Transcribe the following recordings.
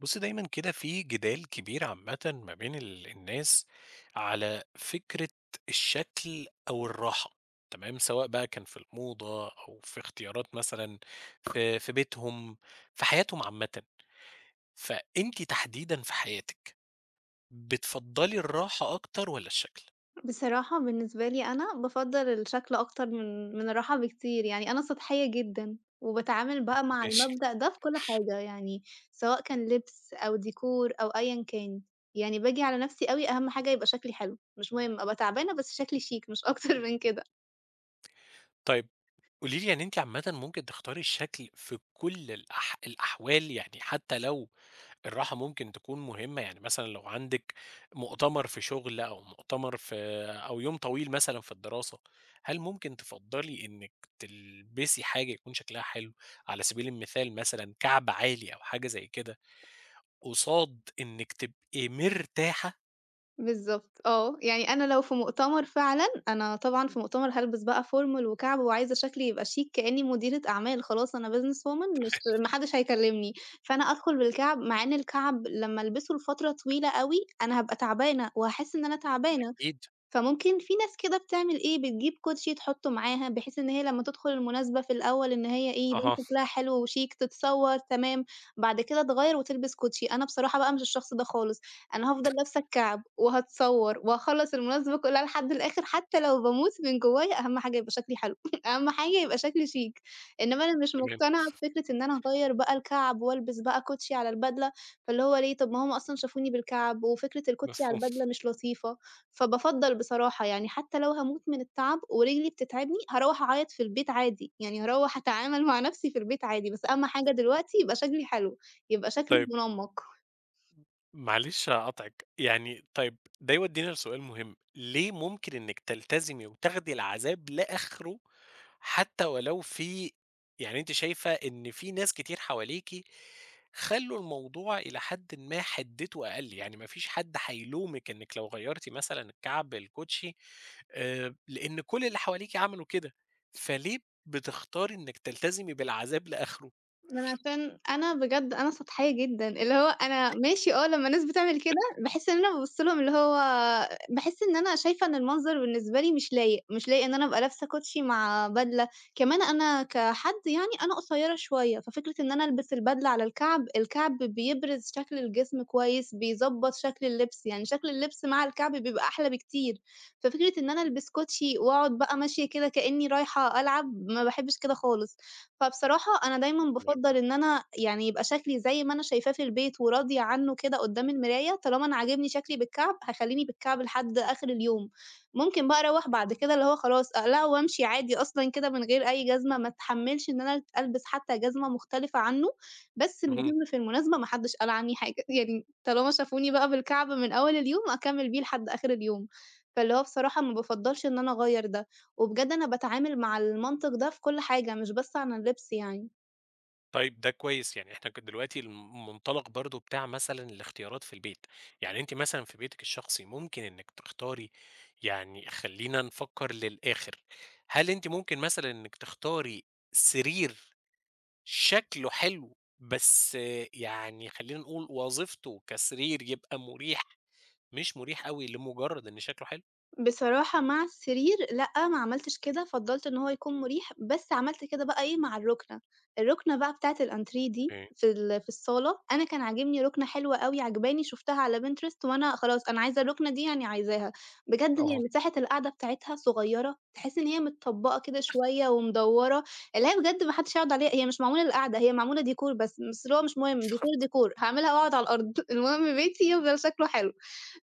بُصّي، دايمًا كده في جدال كبير عامةً ما بين الناس على فكرة الشكل أو الراحة، تمام؟ سواء بقى كان في الموضة أو في اختيارات مثلًا في بيتهم، في حياتهم عامةً. فأنتِ تحديدًا في حياتِك، بتفضّلي الراحة أكتر والّا الشكل؟ بصراحة بالنسبة لي أنا بافضّل الشكل أكتر من الراحة بكتير، يعني أنا سطحية جدًا، وباتعامل بقى مع ماشي. المبدأ ده في كل حاجة، يعني سواء كان لبس أو decor أو أيًا كان، يعني باجي على نفسي أوي أهم حاجة يبقى شكلي حلو، مش مهم أبقى تعبانة بس شكلي شيك مش أكتر من كده. طيب قولي لي يعني أنتِ عامةً ممكن تختاري الشكل في كل الأحوال، يعني حتى لو الراحة ممكن تكون مهمة، يعني مثلًا لو عندِك مؤتمر في شغل أو مؤتمر في أو يوم طويل مثلًا في الدراسة، هل ممكن تفضّلي إنِّك تلبسي حاجة يكون شكلها حلو، على سبيل المثال مثلًا كعب عالي أو حاجة زي كده، قصاد إنِّك تبقي مرتاحة؟ بالضبط آه، يعني أنا لو في مؤتمر فعلًا، أنا طبعًا في إمم. مؤتمر هالبس بقى formal وكَعْب وعايزة شكلي يبقى شيك كإني مديرة أعمال خلاص أنا business woman مش ما حدش هيكلمني، فأنا أدخل بالكَعْب مع إن الكَعْب لمّا ألبسه لفترة طويلة أوي، أنا هابقى تعبانة وهاحس إن أنا تعبانة. أكيد، فممكن في ناس كده بتعمل إيه، بتجيب كوتشي تحُطّه معاها، بحيث إن هي لمّا تدخل المناسبة في الأول إن هي إيه، يبان أها، شكلها حلو وشيك، تتصور تمام، بعد كده تغيّر وتلبس كوتشي. أنا بصراحة بقى مش الشخص ده خالص، أنا هافضل لابسة الكعب وهاتصور وهاخلّص المناسبة كلّها لحد الآخر، حتى لو باموت من جوّايا أهم حاجة يبقى شكلي حلو، أهم حاجة يبقى شكلي شيك. إنما أنا مش تمام، مقتنعة بفكرة إن أنا أغيّر بقى الكعب والبس بقى كوتشي على البدلة، فاللي هو ليه، طب ما هم أصلًا شافوني بالكعب، وفكرة الكوتشي على مفهوم. البدلة مش لطيفة. فبافضّل بصراحة يعني حتى لو هاموت من التعب ورجلي بتتعبني، هاروّح أعيّط في البيت عادي، يعني هاروّح أتعامل مع نفسي في البيت عادي، بس أهم حاجة دلوقتي يبقى شكلي حلو، يبقى شكلي طيب منمّق. معلش هاقاطعِك، يعني طيب ده يودّينا لسؤال مهم، ليه ممكن إنِّك تلتزمي وتاخدي العذاب لآخره حتى ولو في، يعني أنتِ شايفة إن في ناس كتير حواليكِ خلّوا الموضوع إلى حدٍ ما حدِّته أقل، يعني ما فيش حد هيلومِك إنِّك لو غيّرتِ مثلًا الكعب الكوتشي، لإن كل اللي حواليكِ عملوا كده، فليه بتختاري إنِّك تلتزمي بالعذاب لآخره؟ ما أنا عشان أنا بجد أنا سطحية جدًا، اللي هو أنا ماشي آه، لمّا الناس بتعمل كده باحس إن أنا بابُص لهم اللي هو باحس إن أنا شايفة إن المنظر بالنسبة لي مش لايق، مش لايق إن أنا أبقى لابسة كوتشي مع بدلة، كمان أنا كحد يعني أنا قصيرة شوية، ففكرة إن أنا ألبس البدلة على الكعب، الكعب بيبرز شكل الجسم كويس، بيضبّط شكل اللبس، يعني شكل اللبس مع الكعب بيبقى أحلى بكتير، ففكرة إن أنا ألبس كوتشي وأقعد بقى ماشية كده كإني رايحة ألعب، ما باحبش كده خالص. فبصراحة أنا دايمًا تمام. بافضّل إن أنا يعني يبقى شكلي زي ما أنا شايفاه في البيت وراضية عنّه كده قدّام المراية، طالما أنا عاجبني شكلي بالكعب، هاخلّيني بالكعب لحد آخر اليوم، ممكن بقى أروّح بعد كده اللي هو خلاص أقلعه وأمشي عادي أصلًا كده من غير أي جزمة، ما اتحمّلش إن أنا ألبس حتى جزمة مختلفة عنّه، بس اهم. المهم في المناسبة ما حدّش قال عني حاجة، يعني طالما شافوني بقى بالكعب من أول اليوم، أكمّل بيه لحد آخر اليوم، فاللي هو بصراحة ما بافضّلش إن أنا أغيّر ده. وبجد أنا باتعامل مع المنطق ده في كل حاجة، مش بس عن اللبس يعني. طيب ده كويس، يعني إحنا ك دلوقتي المنطلق برضه بتاع مثلًا الاختيارات في البيت، يعني أنتِ مثلًا في بيتِك الشخصي ممكن إنِّك تختاري، يعني خلّينا نفكّر للآخر، هل أنتِ ممكن مثلًا إنِّك تختاري سرير شكله حلو بس آه، يعني خلّينا نقول وظيفته كسرير يبقى مُريح، مش مُريح أوي لمجرّد إن شكله حلو؟ بصراحة مع السرير لأ، ما عملتش كده، فضّلت إن هو يكون مُريح، بس عملت كده بقى إيه مع الرُكنة، الرُكنة بقى بتاعة الأنتريه دي أوكي، في الصالة، أنا كان عاجبني رُكنة حلوة أوي عاجباني شُفتها على Pinterest وأنا خلاص أنا عايزة الرُكنة دي يعني عايزاها، بجد هي آه، مساحة القعدة بتاعتها صغيّرة، تحس إن هي متطبّقة كده شوية ومدوّرة، اللي هي بجد ما حدش يقعد عليها، هي مش معمولة للقعدة، هي معمولة ديكور بس، بس اللي هو مش مهم ديكور، ديكور هاعملها وأقعد على الأرض، المهم بيتي يفضل شكله حلو.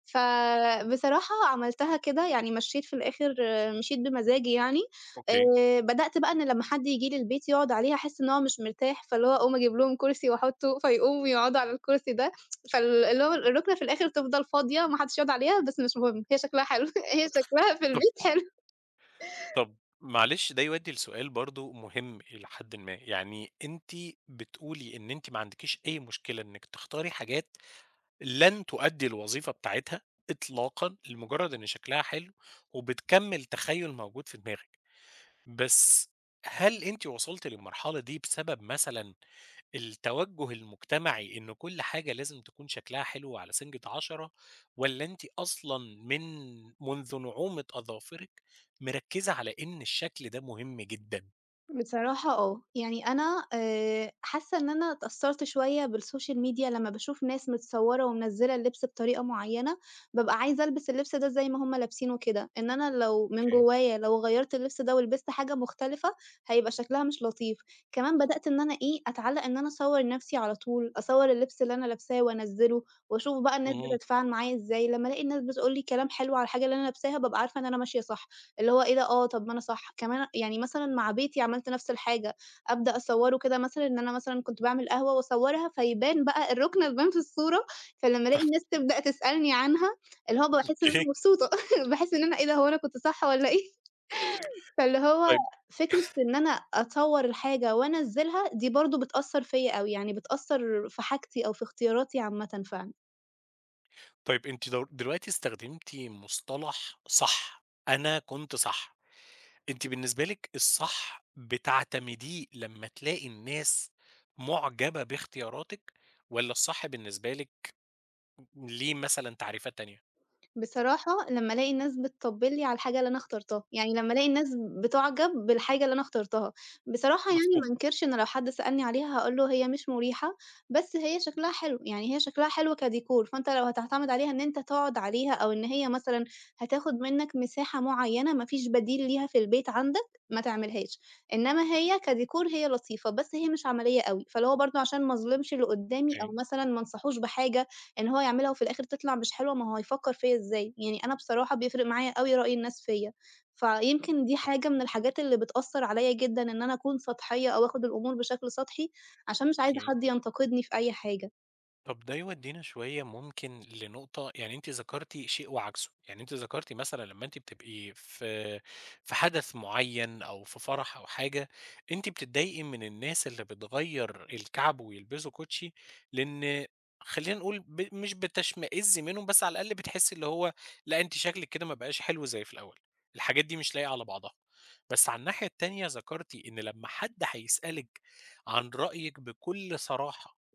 فبصراحة عملتها كده، يعني مشيت في الآخر مشيت بمزاجي يعني، أوكي. بدأت بقى إن لمّا حد ييجي لي البيت يقعد عليه هاحس إن هو مش مرتاح، فاللي هو أقوم أجيب لهم كرسي وأحطه، فيقوموا ويقعدوا على الكرسي ده، اللي هو الركنة في الآخر تفضل فاضية ما حدش يقعد عليها، بس مش مهم، هي شكلها حلو، هي شكلها في البيت حلو. طب معلش ده يودّي لسؤال برضه مهم إلى حدٍ ما، يعني أنتِ بتقولي إن أنتِ ما عندكيش أي مشكلة إنِّك تختاري حاجات لن تؤدّي الوظيفة بتاعتها إطلاقًا، لمجرد إن شكلها حلو، وبتكمّل تخيُّل موجود في دماغِك، بس هل أنتِ وصلتِ للمرحلة دي بسبب مثلًا التوجُّه المجتمعي إن كل حاجة لازم تكون شكلها حلو على سِنجة 10، والّا أنتِ أصلًا من منذ نعومة أظافرِك مركِّزة على إن الشكل ده مهم جدًا؟ بصراحة آه، يعني أنا حاسة إن أنا اتأثّرت شوية بالسوشيال ميديا لمّا باشوف ناس متصوّرة ومنزّلة اللبس بطريقة معيّنة، بابقى عايزة ألبس اللبس ده زي ما هُم لابسينه كده، إن أنا لو من أوكي. جوّايا لو غيّرت اللبس ده ولبست حاجة مختلفة، هيبقى شكلها مش لطيف. كمان بدأت إن أنا إيه، أتعلّق إن أنا أصوّر نَفْسي على طول، أصوّر اللبس اللي أنا لابساه وأنزّله وأشوف بقى الناس اهم. بتتفاعل معايا إزاي، لمّا ألاقي الناس بتقول لي كلام حلو على الحاجة اللي أنا لابساها، بابقى عارفة إن أنا ماشية صح. اللي هو إيه ده آه، طب ما أنا صح، كمان يعني مثلًا مع بيتي عملت نفس الحاجة، أبدأ أصوّره كده مثلًا إن أنا مثلًا كنت باعمل قهوة وأصوّرها فيبان بقى الرُكنة تبان في الصورة، فلمّا طب ألاقي الناس تبدأ تسألني عنها، اللي هو باحس إن أنا أوكي. مبسوطة، باحس إن أنا إيه ده هو أنا كنت صح والّا إيه؟ فاللي هو طيب فكرة إن أنا أصوّر الحاجة وأنزّلها دي برضه بتأثّر فيّا أوي، يعني بتأثّر في حاجتي أو في اختياراتي عامةً فعلًا. طيب أنتِ دلوقتي استخدمتِ مصطلح صح، أنا كنت صح. أنتِ بالنسبة لِك الصح بتعتمديه لمّا تلاقي الناس معجبة باختياراتِك والّا الصح بالنسبة لِك ليه مثلًا تعريفات تانية؟ بصراحة لمّا ألاقي الناس بتطبّل لي على الحاجة اللي أنا اخترتها، يعني لمّا ألاقي الناس بتُعجب بالحاجة اللي أنا اخترتها، بصراحة يعني ما أنكرش إن لو حد سألني عليها هاقول له هي مش مُريحة، بس هي شكلها حلو، يعني هي شكلها حلو كdecor فأنت لو هتعتمد عليها إن أنت تقعد عليها أو إن هي مثلًا هتاخد منّك مساحة معيّنة ما فيش بديل ليها في البيت عندك، ما تعملهاش، إنّما هي كdecor هي لطيفة، بس هي مش عملية أوي، فاللي هو برضه عشان ما أظلمش اللي قدّامي أوكي، أو مثلًا ما أنصحوش بحاجة إن هو يعملها وفي الآخر تطلع مش حلوة، ما هو هيفكّر فيّا إزاي؟ يعني أنا بصراحة بيفرق معايا أوي رأي الناس فيّا، فيمكن دي حاجة من الحاجات اللي بتأثّر عليّا جدًا إن أنا أكون سطحية أو آخُد الأمور بشكل سطحي، عشان مش عايزة أوكي. حد ينتقدني في أي حاجة. طب ده يودينا شوية ممكن لنقطة، يعني أنتِ ذكرتِ شيء وعكسه، يعني أنتِ ذكرتِ مثلًا لمّا أنتِ بتبقي في حدث معين أو في فرح أو حاجة، أنتِ بتتضايقي من الناس اللي بتغيّر الكعب ويلبسوا كوتشي، لإن خلّينا نقول ب مش بتشمئزي منهم، بس على الأقل بتحسي اللي هو لأ أنتِ شكلِك كده ما بقاش حلو زي في الأول، الحاجات دي مش لايقة على بعضها. بس على الناحية التانية ذكرتِ إن لمّا حد هيسألِك عن رأيِك بكل صراحة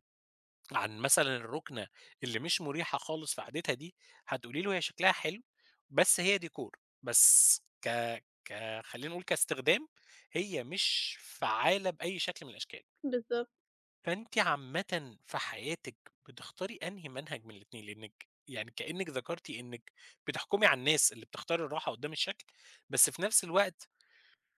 عن مثلًا الرُكنة اللي مش مُريحة خالص في قعدتها دي، هتقولي له هي شكلها حلو، بس هي decor، بس ك ك خلّينا نقول كاستخدام، هي مش فعّالة بأي شكل من الأشكال. بالضبط. فأنتِ عامةً في حياتِك بتختاري أنهي منهج من الاتنين؟ لإنِّك يعني كإنِّك ذكرتِ إنِّك بتحكمي على الناس اللي بتختار الراحة قدّام الشكل، بس في نفس الوقت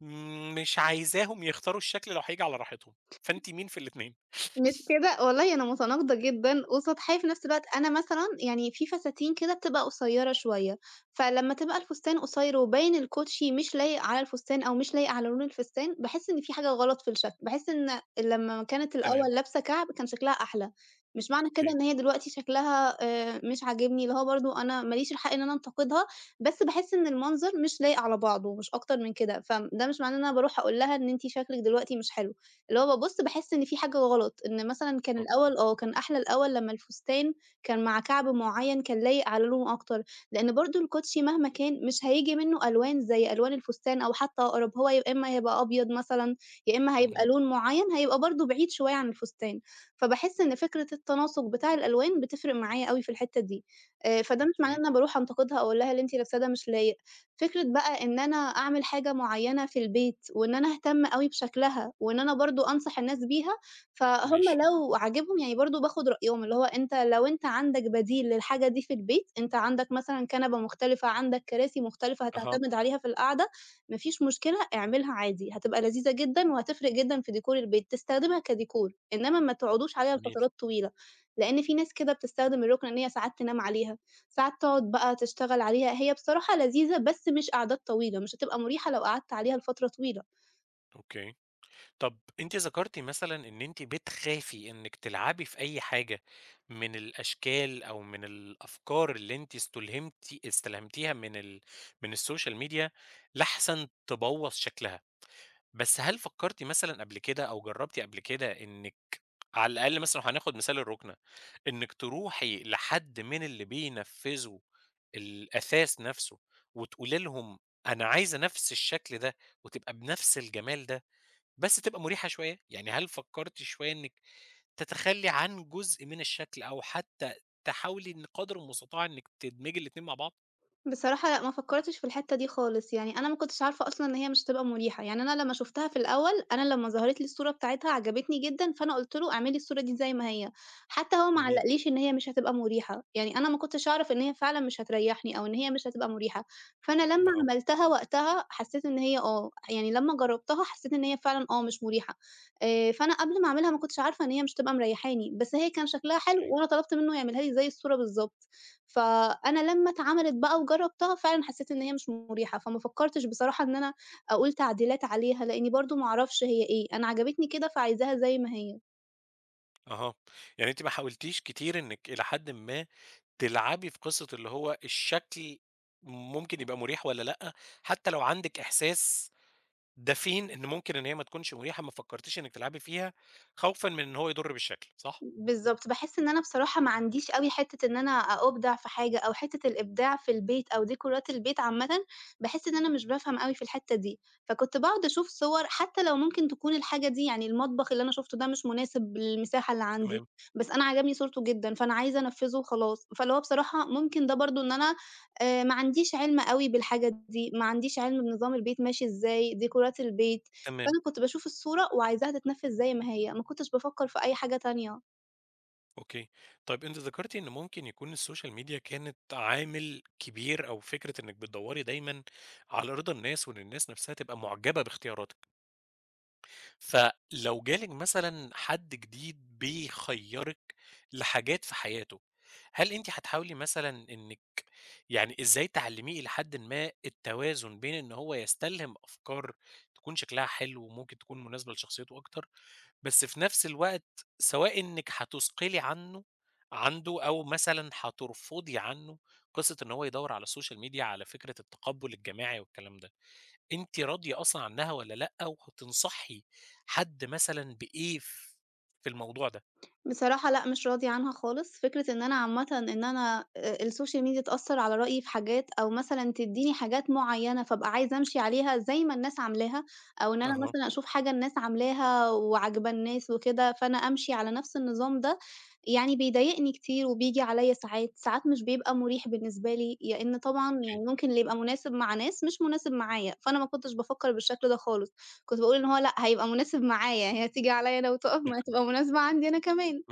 مش عايزاهم يختاروا الشكل لو هييجي على راحتهم، فأنتِ مين في الاتنين؟ مش كده، والله أنا متناقضة جدًا وسطحية في نفس الوقت، أنا مثلًا يعني في فساتين كده بتبقى قصيّرة شوية، فلمّا تبقى الفستان قصيّر وباين الكوتشي مش لايق على الفستان أو مش لايق على لون الفستان، باحس إن في حاجة غلط في الشكل، باحس إن لمّا كانت الأول تمام، لابسة كعب كان شكلها أحلى، مش معنى كده أوكي، إن هي دلوقتي شكلها مش عاجبني، اللي هو برضه أنا ما ليش الحق إن أنا أنتقدها، بس باحس إن المنظر مش لايق على بعضه مش أكتر من كده، فده مش معناه إن أنا باروح أقول لها إن أنتِ شكلِك دلوقتي مش حلو. اللي هو بابُص باحس إن في حاجة غلط، إن مثلًا كان أوك الأول آه، كان أحلى الأول لمّا الفستان كان مع كعب معيّن كان لايق على لونه أكتر، لإن برضه الكوتشي مهما كان مش هييجي منّه ألوان زي ألوان الفستان أو حتى أقرب، هو يا إمّا هيبقى أبيض مثلًا، يا إمّا هيبقى اهم، لون معيّن هيبقى برضه بعيد شوية عن الفستان، فباحس إن فكرة التناسق بتاع الألوان بتفرق معايا أوي في الحتّة دي، فده مش معناه أوكي، إن أنا باروح أنتقدها أو أقول لها اللي أنتِ لابساه ده مش لايق. فكرة بقى إن أنا أعمل حاجة معيّنة في البيت وإن أنا أهتم أوي بشكلها وإن أنا برضه أنصح الناس بيها، فهُم ماشي. لو عاجبهم يعني برضه باخُد رأيهم، اللي هو أنت لو أنت عندك بديل للحاجة دي في البيت، أنت عندك مثلًا كنبة مختلفة، عندك كراسي مختلفة أها، هتعتمد عليها في القعدة، ما فيش مشكلة اعملها عادي، هتبقى لذيذة جدًا وهتفرق جدًا في ديكور البيت، تستخدمها كديكور، إنما ما تقعدوش عليها جميل، لفترات طويلة، لإن في ناس كده بتستخدم الرُكنة إن هي ساعات تنام عليها. ساعات تقعد بقى تشتغل عليها، هي بصراحة لذيذة بس مش قعدات طويلة، مش هتبقى مُريحة لو قعدت عليها لفترة طويلة. أوكي. طَب أنتِ ذكرتِ مثلًا إن أنتِ بتخافي إنِّك تلعبي في أي حاجة من الأشكال أو من الأفكار اللي أنتِ استلهمتيها من من السوشيال ميديا لأحسن تبوّظ شكلها، بس هل فكرتِ مثلًا قبل كده أو جرّبتِ قبل كده إنِّك على الأقل مثلًا لو هناخد مثال الرُكنة، إنِّك تروحي لحد من اللي بينفّذوا الأثاث نَفْسه وتقولي لهم أنا عايزة نَفْس الشكل ده وتبقى بنَفْس الجمال ده، بس تبقى مريحة شوية، يعني هل فكّرتِ شوية إنِّك تتخلّي عن جزء من الشكل أو حتى تحاولي إن قدر المستطاع إنِّك تدمجي الاتنين مع بعض؟ بصراحة لأ، ما فكّرتش في الحتّة دي خالص، يعني أنا ما كنتش عارفة أصلًا إن هي مش هتبقى مُريحة، يعني أنا لمّا شُفتها في الأول، أنا لمّا ظهرت لي الصورة بتاعتها عجبتني جدًا، فأنا قُلت له اعمل لي الصورة دي زي ما هي، حتى هو ما اهم، علّقليش إن هي مش هتبقى مُريحة، يعني أنا ما كنتش أعرف إن هي فعلًا مش هتريّحني أو إن هي مش هتبقى مُريحة، فأنا لمّا أها، عملتها وقتها حسّيت إن هي آه، يعني لمّا جرّبتها حسّيت إن هي فعلًا آه، مش مُريحة، فأنا قبل ما أعملها ما كنتش عارفة إن هي مش هتبقى مريّحاني، بس هي كان شكلها حلو أوكي، وأنا طلبت منّه يعملها لي زي الصورة بالضبط. فأنا لمّا اتعملت بقى وجرّبتها فعلًا حسّيت إن هي مش مريحة، فما فكّرتش بصراحة إن أنا أقول تعديلات عليها، لإنّي برضه ما أعرفش هي إيه، أنا عجبتني كده فعايزاها زي ما هي. أها، يعني أنتِ ما حاولتيش كتير إنِّك إلى حدٍ ما تلعبي في قصة اللي هو الشكل ممكن يبقى مريح والّا لأ، حتى لو عندِك إحساس دفين إن ممكن إن هي ما تكونش مريحة، ما فكرتيش إنِّك تلعبي فيها خوفًا من إن هو يضر بالشكل، صح؟ بالضبط، باحس إن أنا بصراحة ما عنديش أوي حتّة إن أنا أبدع في حاجة أو حتّة الإبداع في البيت أو ديكورات البيت عامةً، باحس إن أنا مش بافهم أوي في الحتّة دي، فكنت باقعد أشوف صور حتّى لو ممكن تكون الحاجة دي يعني المطبخ اللي أنا شُفته ده مش مناسب للمساحة اللي عندي، تمام، بس أنا عجبني صورته جدًا، فأنا عايزة أنفّذه وخلاص، فاللي هو بصراحة ممكن ده برضه إن أنا ما عنديش عِلْم أوي بالحاجة دي، ما عنديش عِلْم بنظام البيت ماشي إزاي، ديكورات البيت، تمام، فأنا كنت باشوف الصورة وعايزاها تتنفّذ زي ما هي، ما كنتش بافكّر في أي حاجة تانية. أوكي. طيب أنتِ ذكرتِ إن ممكن يكون السوشيال ميديا كانت عامل كبير أو فكرة إنِّك بتدوّري دايمًا على رضا الناس وإن الناس نفسها تبقى معجبة باختياراتِك. فلو جالِك مثلًا حد جديد بيخيّرِك لحاجات في حياته، هل أنتِ هتحاولي مثلًا إنِّك يعني إزاي تعلّميه إلى حدٍ ما التوازن بين إن هو يستلهم أفكار تكون شكلها حلو وممكن تكون مناسبة لشخصيته أكتر، بس في نفس الوقت سواء إنِّك هتثقلي عنده أو مثلًا هترفضي عنّه قصة إن هو يدوّر على السوشيال ميديا على فكرة التقبُّل الجماعي والكلام ده؟ أنتِ راضية أصلًا عنها والّا لأ، وهتنصحي حد مثلًا بإيه في الموضوع ده؟ بصراحة لأ، مش راضية عنها خالص، فكرة إن أنا عامةً إن أنا السوشيال ميديا تأثّر على رأيي في حاجات أو مثلًا تدّيني حاجات معيّنة فابقى عايزة أمشي عليها زي ما الناس عاملاها، أو إن أنا أها، مثلًا أشوف حاجة الناس عاملاها وعاجبة الناس وكده، فأنا أمشي على نفس النظام ده، يعني بيضايقني كتير وبييجي عليّا ساعات، ساعات مش بيبقى مُريح بالنسبة لي، لإن طبعًا أوكي. يعني ممكن اللي يبقى مناسب مع ناس مش مناسب معايا، فأنا ما كنتش بافكّر بالشكل ده خالص، كنت باقول إن هو لأ، هيبقى مناسب معايا، هي هتيجي عليّا أنا وتُقف ما هتبقى مناسبة عندي أنا كمان.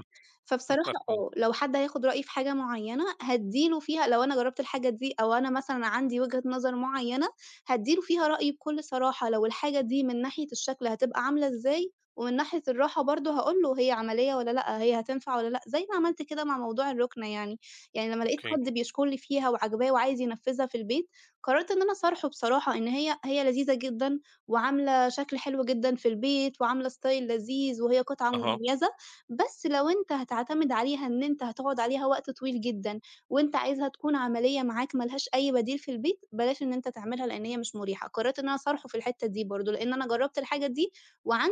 فبصراحة مفهوم، آه، لو حد هياخد رأيي في حاجة معيّنة هادّي له فيها لو أنا جرّبت الحاجة دي أو أنا مثلًا عندي وجهة نظر معيّنة، هادّي له فيها رأيي بكل صراحة، لو الحاجة دي من ناحية الشكل هتبقى عاملة إزاي، ومن ناحية الراحة برضه هاقول له هي عملية والّا لأ، هي هتنفع والّا لأ، زي ما عملت كده مع موضوع الرُكنة يعني، يعني لمّا لقيت أوكي. حد بيشكر لي فيها وعاجباه وعايز ينفّذها في البيت، قررت إن أنا أصارحه بصراحة إن هي لذيذة جدًا وعاملة شكل حلو جدًا في البيت وعاملة style لذيذ وهي قطعة أها، مميزة بس لو أنت هتعتمد عليها إن أنت هتقعد عليها وقت طويل جدًا، وأنت عايزها تكون عملية معاك ما لهاش أي بديل في البيت، بلاش إن أنت تعملها لإن هي مش مريحة. قررت إن أنا أصارحه في الحتة دي برضه، لإن أنا جرّبت الحاجة دي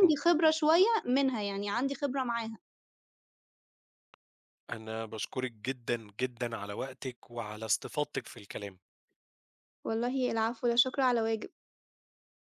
مفهوم. خبرة شوية منها، يعني عندي خبرة معاها. أنا باشكرِك جدًا، جدًا على وقتِك وعلى استفاضتِك في الكلام. والله العفو، لا شكر على واجب.